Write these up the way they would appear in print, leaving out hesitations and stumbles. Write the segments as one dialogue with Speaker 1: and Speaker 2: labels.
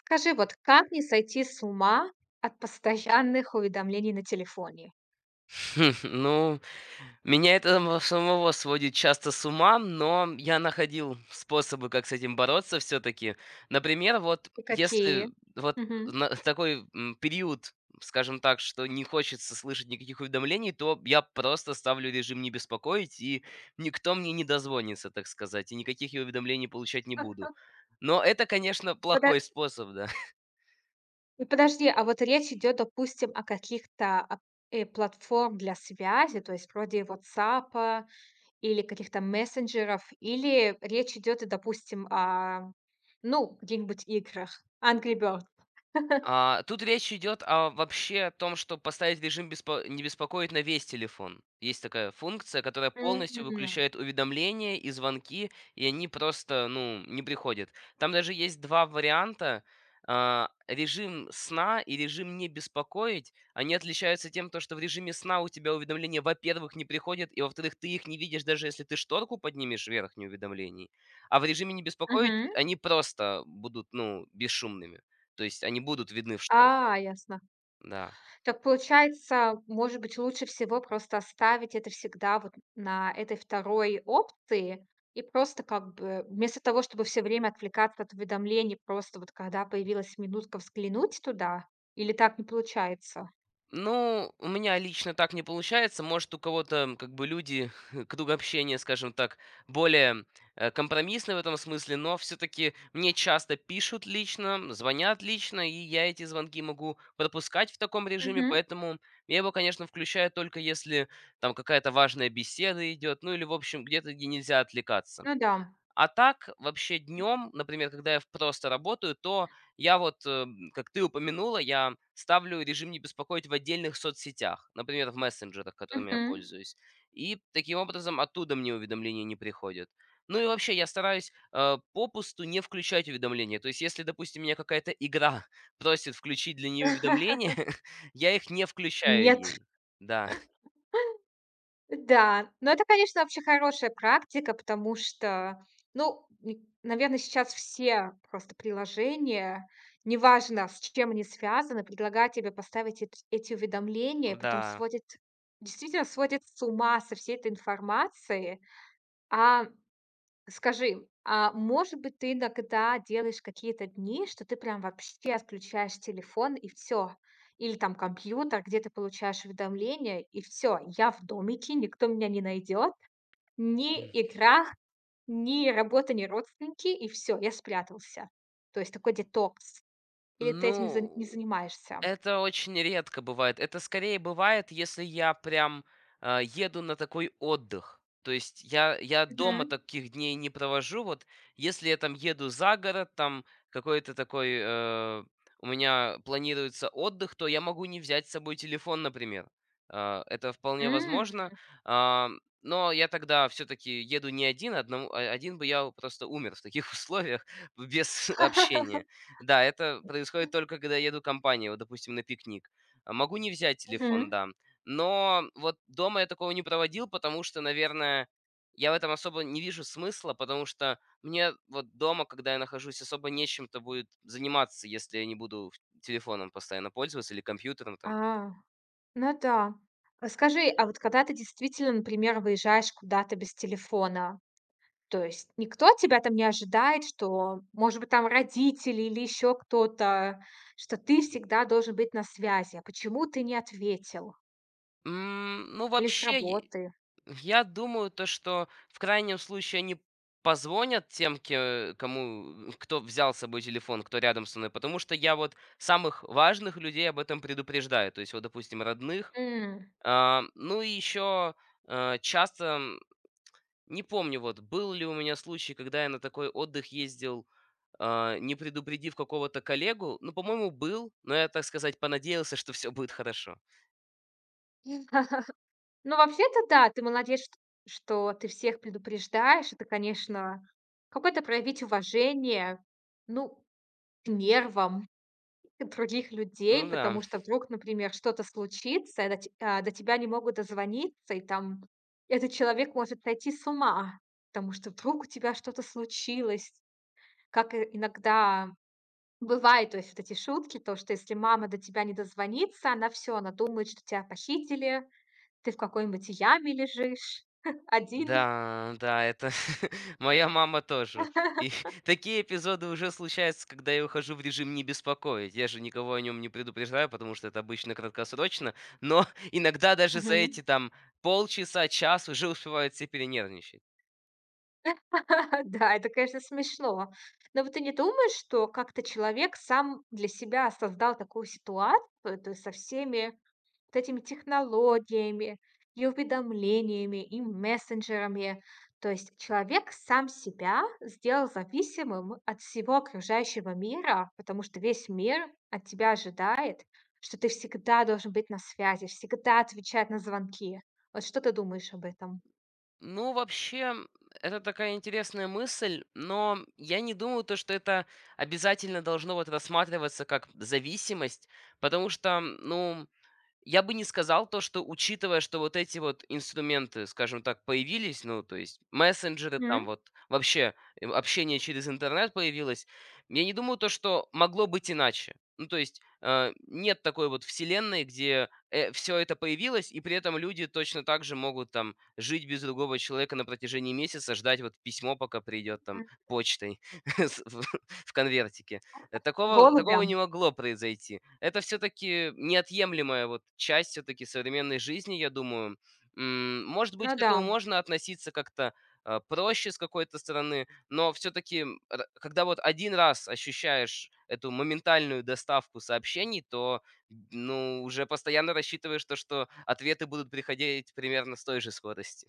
Speaker 1: Скажи, вот как не сойти с ума от постоянных уведомлений на телефоне?
Speaker 2: Ну, меня это самого сводит часто с ума, но я находил способы, как с этим бороться все-таки. Например, вот
Speaker 1: И
Speaker 2: если
Speaker 1: какие?
Speaker 2: вот
Speaker 1: Мгм.
Speaker 2: на такой период, скажем так, что не хочется слышать никаких уведомлений, то я просто ставлю режим не беспокоить, и никто мне не дозвонится, так сказать, и никаких я уведомлений получать не буду. Но это, конечно, плохой
Speaker 1: Пода-
Speaker 2: способ, да.
Speaker 1: и подожди, а вот речь идет, допустим, о каких-то платформ для связи, то есть вроде WhatsApp или каких-то мессенджеров, или речь идет, и, допустим, о, ну, каких-нибудь играх, Angry Birds.
Speaker 2: Тут речь идет о вообще о том, что поставить режим беспо не беспокоить на весь телефон. Есть такая функция, которая полностью
Speaker 1: Мгм.
Speaker 2: выключает уведомления и звонки, и они просто, ну, не приходят. Там даже есть 2 варианта. Режим сна и режим не беспокоить, они отличаются тем, то, что в режиме сна у тебя уведомления, во-первых, не приходят, и во-вторых, ты их не видишь, даже если ты шторку поднимешь вверх, не уведомлений. А в режиме не беспокоить
Speaker 1: Мгм.
Speaker 2: они просто будут, ну, бесшумными. То есть они будут видны в шторке,
Speaker 1: А, ясно.
Speaker 2: да.
Speaker 1: Так получается, может быть, лучше всего просто оставить это всегда вот на этой второй опции и просто как бы вместо того, чтобы все время отвлекаться от уведомлений, просто вот когда появилась минутка взглянуть туда? Или так не получается?
Speaker 2: Ну, у меня лично так не получается. Может, у кого-то, как бы, люди, круг общения, скажем так, более компромиссный в этом смысле, но все-таки мне часто пишут лично, звонят лично, и я эти звонки могу пропускать в таком режиме,
Speaker 1: Мгм.
Speaker 2: поэтому я его, конечно, включаю только если там какая-то важная беседа идет, ну или, в общем, где-то, где нельзя отвлекаться.
Speaker 1: Ну да.
Speaker 2: А так, вообще днем, например, когда я просто работаю, то я вот, как ты упомянула, я ставлю режим не беспокоить в отдельных соцсетях, например, в мессенджерах, которыми я
Speaker 1: Мгм.
Speaker 2: пользуюсь. И таким образом оттуда мне уведомления не приходят. Ну и вообще я стараюсь попусту не включать уведомления. То есть если, допустим, меня какая-то игра просит включить для нее уведомления, я их не включаю
Speaker 1: Нет.
Speaker 2: ей. Да,
Speaker 1: Да, но это, конечно, вообще хорошая практика, потому что, ну, наверное, сейчас все просто приложения, неважно, с чем они связаны, предлагают тебе поставить эти уведомления, и потом
Speaker 2: да.
Speaker 1: сводит, действительно сводит с ума со всей этой информацией. А, скажи, а может быть, ты иногда делаешь какие-то дни, что ты прям вообще отключаешь телефон и все, или там компьютер, где ты получаешь уведомления, и все: «Я в домике, никто меня не найдет, ни игра, ни работа, ни родственники, и все, я спрятался». То есть такой детокс. Или ты этим за
Speaker 2: Ну,
Speaker 1: не занимаешься?
Speaker 2: это очень редко бывает. Это скорее бывает, если я прям, еду на такой отдых. То есть я дома
Speaker 1: Мгм.
Speaker 2: таких дней не провожу. Вот если я там еду за город, там какой-то такой, у меня планируется отдых, то я могу не взять с собой телефон, например. Это вполне
Speaker 1: М.
Speaker 2: возможно. Но я тогда все таки еду не один, один бы я просто умер в таких условиях без общения. Да, это происходит только, когда еду компанией, вот, допустим, на пикник. Могу не взять телефон,
Speaker 1: Мгм.
Speaker 2: да. Но вот дома я такого не проводил, потому что, наверное, я в этом особо не вижу смысла, потому что мне вот дома, когда я нахожусь, особо нечем-то будет заниматься, если я не буду телефоном постоянно пользоваться или компьютером там.
Speaker 1: А. Ну да. А скажи, а вот когда ты действительно, например, выезжаешь куда-то без телефона, то есть никто тебя там не ожидает, что, может быть, там родители или еще кто-то, что ты всегда должен быть на связи, а почему ты не ответил?
Speaker 2: Ну,
Speaker 1: Или с
Speaker 2: вообще,
Speaker 1: работы?
Speaker 2: я думаю, то, что в крайнем случае они позвонят тем, кому, кто взял с собой телефон, кто рядом со мной, потому что я вот самых важных людей об этом предупреждаю, то есть вот, допустим, родных,
Speaker 1: М.
Speaker 2: ну и еще часто, не помню, вот был ли у меня случай, когда я на такой отдых ездил, не предупредив какого-то коллегу. Ну, по-моему, был, но я, так сказать, понадеялся, что все будет хорошо.
Speaker 1: Ну, вообще-то, да, ты молодец, чт что ты всех предупреждаешь. Это, конечно, какое-то проявить уважение, ну, к нервам, других
Speaker 2: Ну
Speaker 1: людей,
Speaker 2: да.
Speaker 1: потому что вдруг, например, что-то случится, и до тебя не могут дозвониться, и там этот человек может сойти с ума, потому что вдруг у тебя что-то случилось. Как и иногда бывает, то есть вот эти шутки, то, что если мама до тебя не дозвонится, она все, она думает, что тебя похитили, ты в какой-нибудь яме лежишь один.
Speaker 2: Да, да, это моя мама тоже. И такие эпизоды уже случаются, когда я ухожу в режим не беспокоить. Я же никого о нем не предупреждаю, потому что это обычно краткосрочно, но иногда даже за эти там полчаса, час уже успевают все перенервничать.
Speaker 1: Да, это, конечно, смешно. Но вот ты не думаешь, что как-то человек сам для себя создал такую ситуацию, то есть со всеми вот этими технологиями, и уведомлениями, и мессенджерами. То есть человек сам себя сделал зависимым от всего окружающего мира, потому что весь мир от тебя ожидает, что ты всегда должен быть на связи, всегда отвечать на звонки. Вот что ты думаешь об этом?
Speaker 2: Ну, вообще, это такая интересная мысль, но я не думаю, то, что это обязательно должно вот рассматриваться как зависимость, потому что, ну, я бы не сказал то, что учитывая, что вот эти вот инструменты, скажем так, появились, ну, то есть мессенджеры, там
Speaker 1: М.
Speaker 2: вот вообще общение через интернет появилось, я не думаю то, что могло быть иначе. Ну, то есть нет такой вот вселенной, где все это появилось, и при этом люди точно так же могут там жить без другого человека на протяжении месяца, ждать вот письмо, пока придет там почтой с- в в конвертике. Такого такого не
Speaker 1: Голубям.
Speaker 2: могло произойти. Это все таки неотъемлемая вот часть все таки современной жизни, я думаю. Может быть,
Speaker 1: Ну
Speaker 2: к этому
Speaker 1: да.
Speaker 2: можно относиться как-то, проще с какой-то стороны, но все таки когда вот один раз ощущаешь эту моментальную доставку сообщений, то, ну, уже постоянно рассчитываешь то, что ответы будут приходить примерно с той же скорости.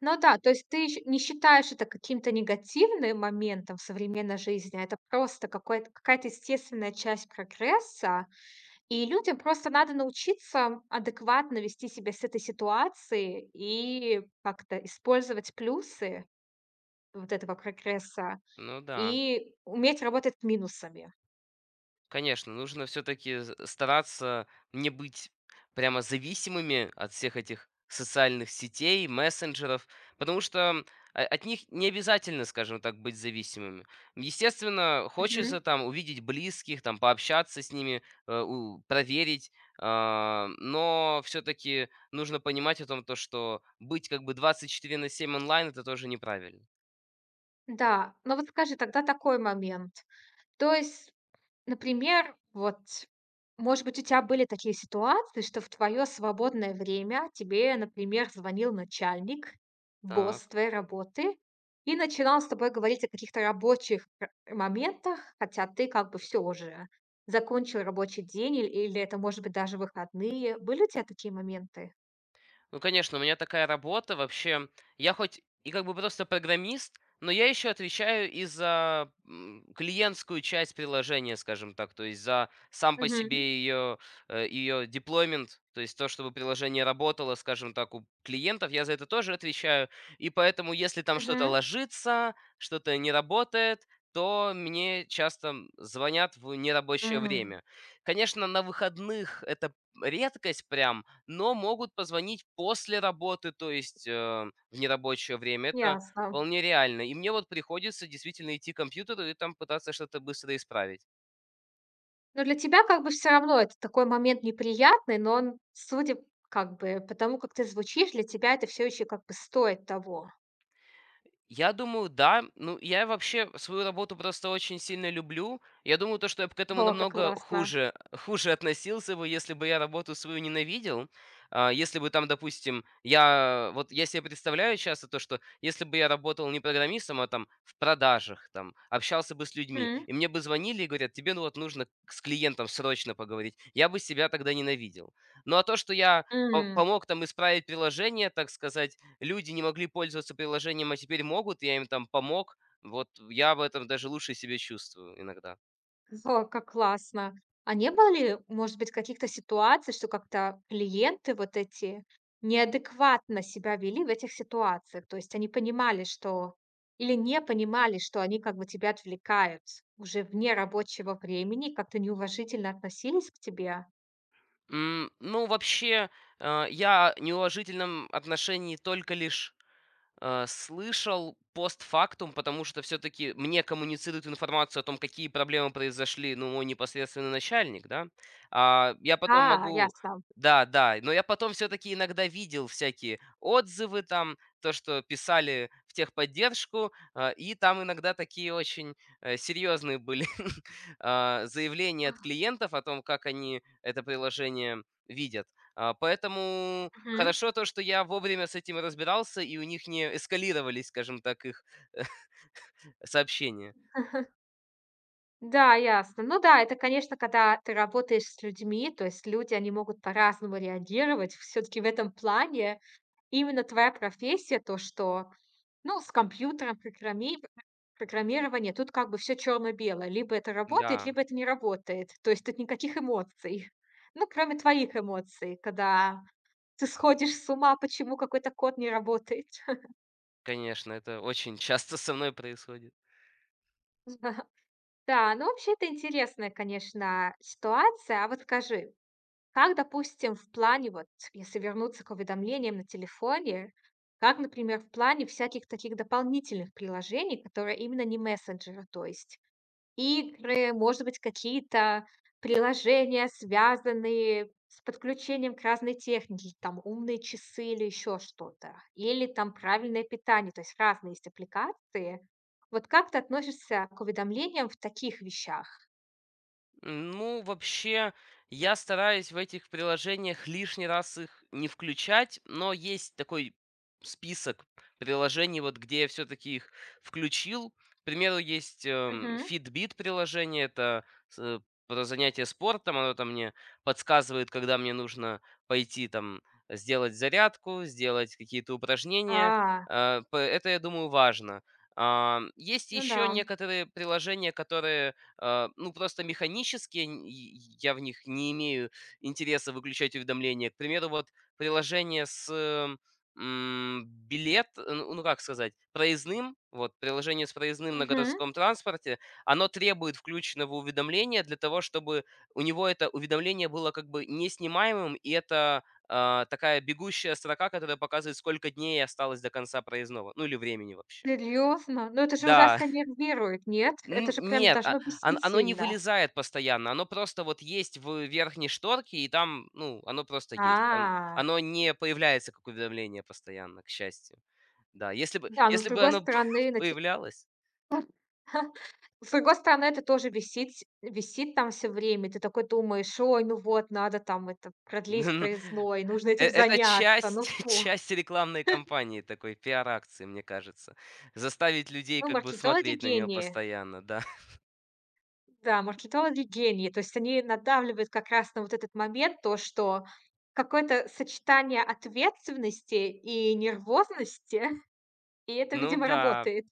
Speaker 1: Ну да, то есть ты ещ не считаешь это каким-то негативным моментом в современной жизни, а это просто какой какая-то естественная часть прогресса, и людям просто надо научиться адекватно вести себя с этой ситуацией и как-то использовать плюсы вот этого прогресса
Speaker 2: Ну да.
Speaker 1: и уметь работать с минусами.
Speaker 2: Конечно, нужно все-таки стараться не быть прямо зависимыми от всех этих социальных сетей, мессенджеров, потому что от них не обязательно, скажем так, быть зависимыми. Естественно, хочется
Speaker 1: Мгм.
Speaker 2: там увидеть близких, там пообщаться с ними, проверить, но все-таки нужно понимать о том, то, что быть как бы 24 на 7 онлайн, это тоже неправильно.
Speaker 1: Да, но вот скажи тогда такой момент. То есть, например, вот, может быть, у тебя были такие ситуации, что в твое свободное время тебе, например, звонил начальник, босс
Speaker 2: Так.
Speaker 1: твоей работы, и начинал с тобой говорить о каких-то рабочих р моментах, хотя ты как бы все уже закончил рабочий день, иль или это, может быть, даже выходные. Были у тебя такие моменты?
Speaker 2: Ну, конечно, у меня такая работа вообще. Я хоть и как бы просто программист, но я еще отвечаю и за клиентскую часть приложения, скажем так, то есть за сам по себе
Speaker 1: Угу,
Speaker 2: ее деплоймент, то есть то, чтобы приложение работало, скажем так, у клиентов, я за это тоже отвечаю. И поэтому, если там что-то
Speaker 1: угу,
Speaker 2: ложится, что-то не работает, то мне часто звонят в нерабочее время. Конечно, на выходных это редкость прям, но могут позвонить после работы, то есть, в нерабочее время. Это
Speaker 1: ясно.
Speaker 2: вполне реально. И мне вот приходится действительно идти к компьютеру и там пытаться что-то быстро исправить.
Speaker 1: Но для тебя как бы все равно это такой момент неприятный, но он, судя как бы по тому, как ты звучишь, для тебя это все еще как бы стоит того.
Speaker 2: Я думаю, да. Ну, я вообще свою работу просто очень сильно люблю. Я думаю, то, что я бы к этому
Speaker 1: О, как
Speaker 2: намного
Speaker 1: классно.
Speaker 2: хуже, хуже относился бы, если бы я работу свою ненавидел. Если бы там, допустим, я... Вот я себе представляю часто то, что если бы я работал не программистом, а там в продажах, там, общался бы с людьми,
Speaker 1: М,
Speaker 2: и мне бы звонили и говорят, тебе ну вот нужно с клиентом срочно поговорить, я бы себя тогда ненавидел. Ну, а то, что я
Speaker 1: м.
Speaker 2: помог там исправить приложение, так сказать, люди не могли пользоваться приложением, а теперь могут, я им там помог. Вот я в этом даже лучше себя чувствую иногда.
Speaker 1: О, как классно. А не было ли, может быть, каких-то ситуаций, что как-то клиенты вот эти неадекватно себя вели в этих ситуациях? То есть они понимали, что или не понимали, что они как бы тебя отвлекают уже вне рабочего времени, как-то неуважительно относились к тебе?
Speaker 2: Ну, вообще, я в неуважительном отношении только лишь слышал постфактум, потому что все таки мне коммуницирует информацию о том, какие проблемы произошли, ну, мой непосредственный начальник, да. Я потом
Speaker 1: А,
Speaker 2: могу.
Speaker 1: ясно.
Speaker 2: Да-да, но я потом все таки иногда видел всякие отзывы там, то, что писали в техподдержку, и там иногда такие очень, серьезные были, заявления от клиентов о том, как они это приложение видят. Поэтому
Speaker 1: Мгм.
Speaker 2: хорошо то, что я вовремя с этим разбирался, и у них не эскалировались, скажем так, их сообщения.
Speaker 1: Да, ясно. Ну да, это, конечно, когда ты работаешь с людьми, то есть люди, они могут по-разному реагировать. Все-таки в этом плане именно твоя профессия, то, что, ну, с компьютером, программирование, тут как бы все черно-белое. Либо это работает,
Speaker 2: Да,
Speaker 1: либо это не работает. То есть тут никаких эмоций. Ну, кроме твоих эмоций, когда ты сходишь с ума, почему какой-то код не работает.
Speaker 2: конечно, это очень часто со мной происходит.
Speaker 1: Да, ну вообще это интересная, конечно, ситуация. А вот скажи, как, допустим, в плане, вот если вернуться к уведомлениям на телефоне, как, например, в плане всяких таких дополнительных приложений, которые именно не мессенджеры, то есть игры, может быть, какие-то приложения, связанные с подключением к разной технике, там умные часы или еще что-то, или там правильное питание, то есть разные есть аппликации. Вот как ты относишься к уведомлениям в таких вещах?
Speaker 2: Ну, вообще, я стараюсь в этих приложениях лишний раз их не включать, но есть такой список приложений, вот где я все-таки их включил. К примеру, есть
Speaker 1: Мгм.
Speaker 2: Fitbit приложение, это про занятие спортом, оно там мне подсказывает, когда мне нужно пойти там сделать зарядку, сделать какие-то упражнения.
Speaker 1: А,
Speaker 2: Это, я думаю, важно. Есть
Speaker 1: ну да.
Speaker 2: еще некоторые приложения, которые ну, просто механически н и я в них не имею интереса выключать уведомления. К примеру, вот приложение с, билет, ну, как сказать, проездным, вот приложение с проездным на
Speaker 1: Мгм.
Speaker 2: городском транспорте, оно требует включенного уведомления для того, чтобы у него это уведомление было как бы неснимаемым, и это, такая бегущая строка, которая показывает, сколько дней осталось до конца проездного, ну, или времени вообще.
Speaker 1: Серьезно? Но это же
Speaker 2: Да.
Speaker 1: ужасно нервирует, нет? Это
Speaker 2: Н
Speaker 1: же прям
Speaker 2: нет, а
Speaker 1: должно
Speaker 2: он
Speaker 1: бесить
Speaker 2: оно не
Speaker 1: сильно.
Speaker 2: вылезает постоянно, оно просто вот есть в верхней шторке, и там, ну, оно просто есть. Он
Speaker 1: А,
Speaker 2: оно не появляется как уведомление постоянно, к счастью. Да, если бы
Speaker 1: да, но с
Speaker 2: если бы
Speaker 1: другой
Speaker 2: оно
Speaker 1: стороны, на те
Speaker 2: появлялось,
Speaker 1: с другой стороны, это тоже висит, висит там все время. Ты такой думаешь: «Ой, ну вот, надо там это продлить проездной, нужно этим
Speaker 2: это
Speaker 1: заняться, ну
Speaker 2: часть
Speaker 1: фу».
Speaker 2: часть рекламной кампании, такой пиар-акции, мне кажется. Заставить людей
Speaker 1: Ну,
Speaker 2: как бы
Speaker 1: маркетологи-
Speaker 2: смотреть на нее
Speaker 1: гении.
Speaker 2: постоянно, да.
Speaker 1: Да, маркетологи- гении. То есть они надавливают как раз на вот этот момент, то, что какое-то сочетание ответственности и нервозности, и это,
Speaker 2: Ну
Speaker 1: видимо,
Speaker 2: да.
Speaker 1: работает.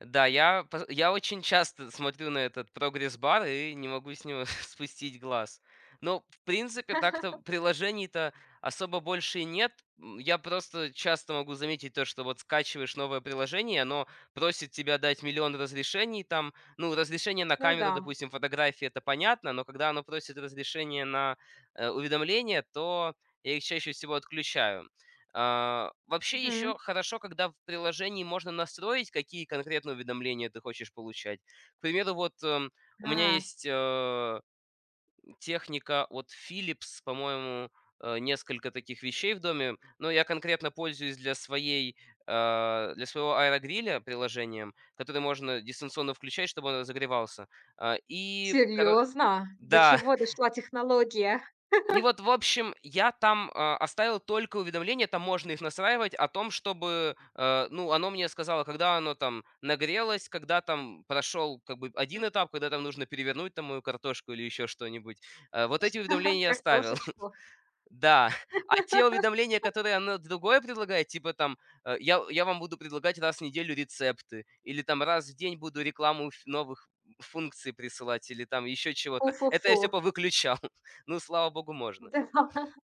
Speaker 2: Да, я очень часто смотрю на этот прогресс-бар и не могу с него спустить глаз. Но, в принципе, так-то приложений-то особо больше и нет. Я просто часто могу заметить то, что вот скачиваешь новое приложение, оно просит тебя дать миллион разрешений там. Ну, разрешение на
Speaker 1: Ну да.
Speaker 2: камеру, допустим, фотографии- это понятно, но когда оно просит разрешение на, уведомления, то я их чаще всего отключаю. Вообще
Speaker 1: Мгм.
Speaker 2: еще хорошо, когда в приложении можно настроить, какие конкретно уведомления ты хочешь получать. К примеру, вот у меня
Speaker 1: А.
Speaker 2: есть техника от Philips, по-моему, несколько таких вещей в доме, но я конкретно пользуюсь для для своего аэрогриля приложением, которое можно дистанционно включать, чтобы он разогревался. А, и, коро-
Speaker 1: Серьезно? До
Speaker 2: да,
Speaker 1: чего дошла технология?
Speaker 2: и вот, в общем, я там, оставил только уведомления, там можно их настраивать, о том, чтобы, ну, оно мне сказало, когда оно там нагрелось, когда там прошел как бы один этап, когда там нужно перевернуть там мою картошку или еще что-нибудь. Вот эти уведомления я оставил.
Speaker 1: Картошечку.
Speaker 2: Да. А те уведомления, которые оно другое предлагает, типа там, я вам буду предлагать раз в неделю рецепты, или там раз в день буду рекламу ф новых функций присылать, или там еще чего-то. Это я
Speaker 1: Фу-фу-фу.
Speaker 2: всё повыключал. Ну, слава богу, можно.
Speaker 1: Да.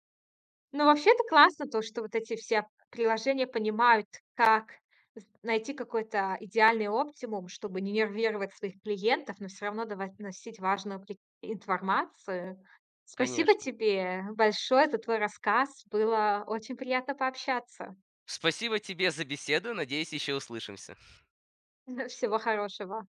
Speaker 1: Ну, вообще это классно, то, что вот эти все приложения понимают, как с найти какой-то идеальный оптимум, чтобы не нервировать своих клиентов, но все равно давать носить важную при информацию. Спасибо
Speaker 2: Конечно.
Speaker 1: тебе большое за твой рассказ. Было очень приятно пообщаться.
Speaker 2: Спасибо тебе за беседу. Надеюсь, еще услышимся.
Speaker 1: Всего хорошего.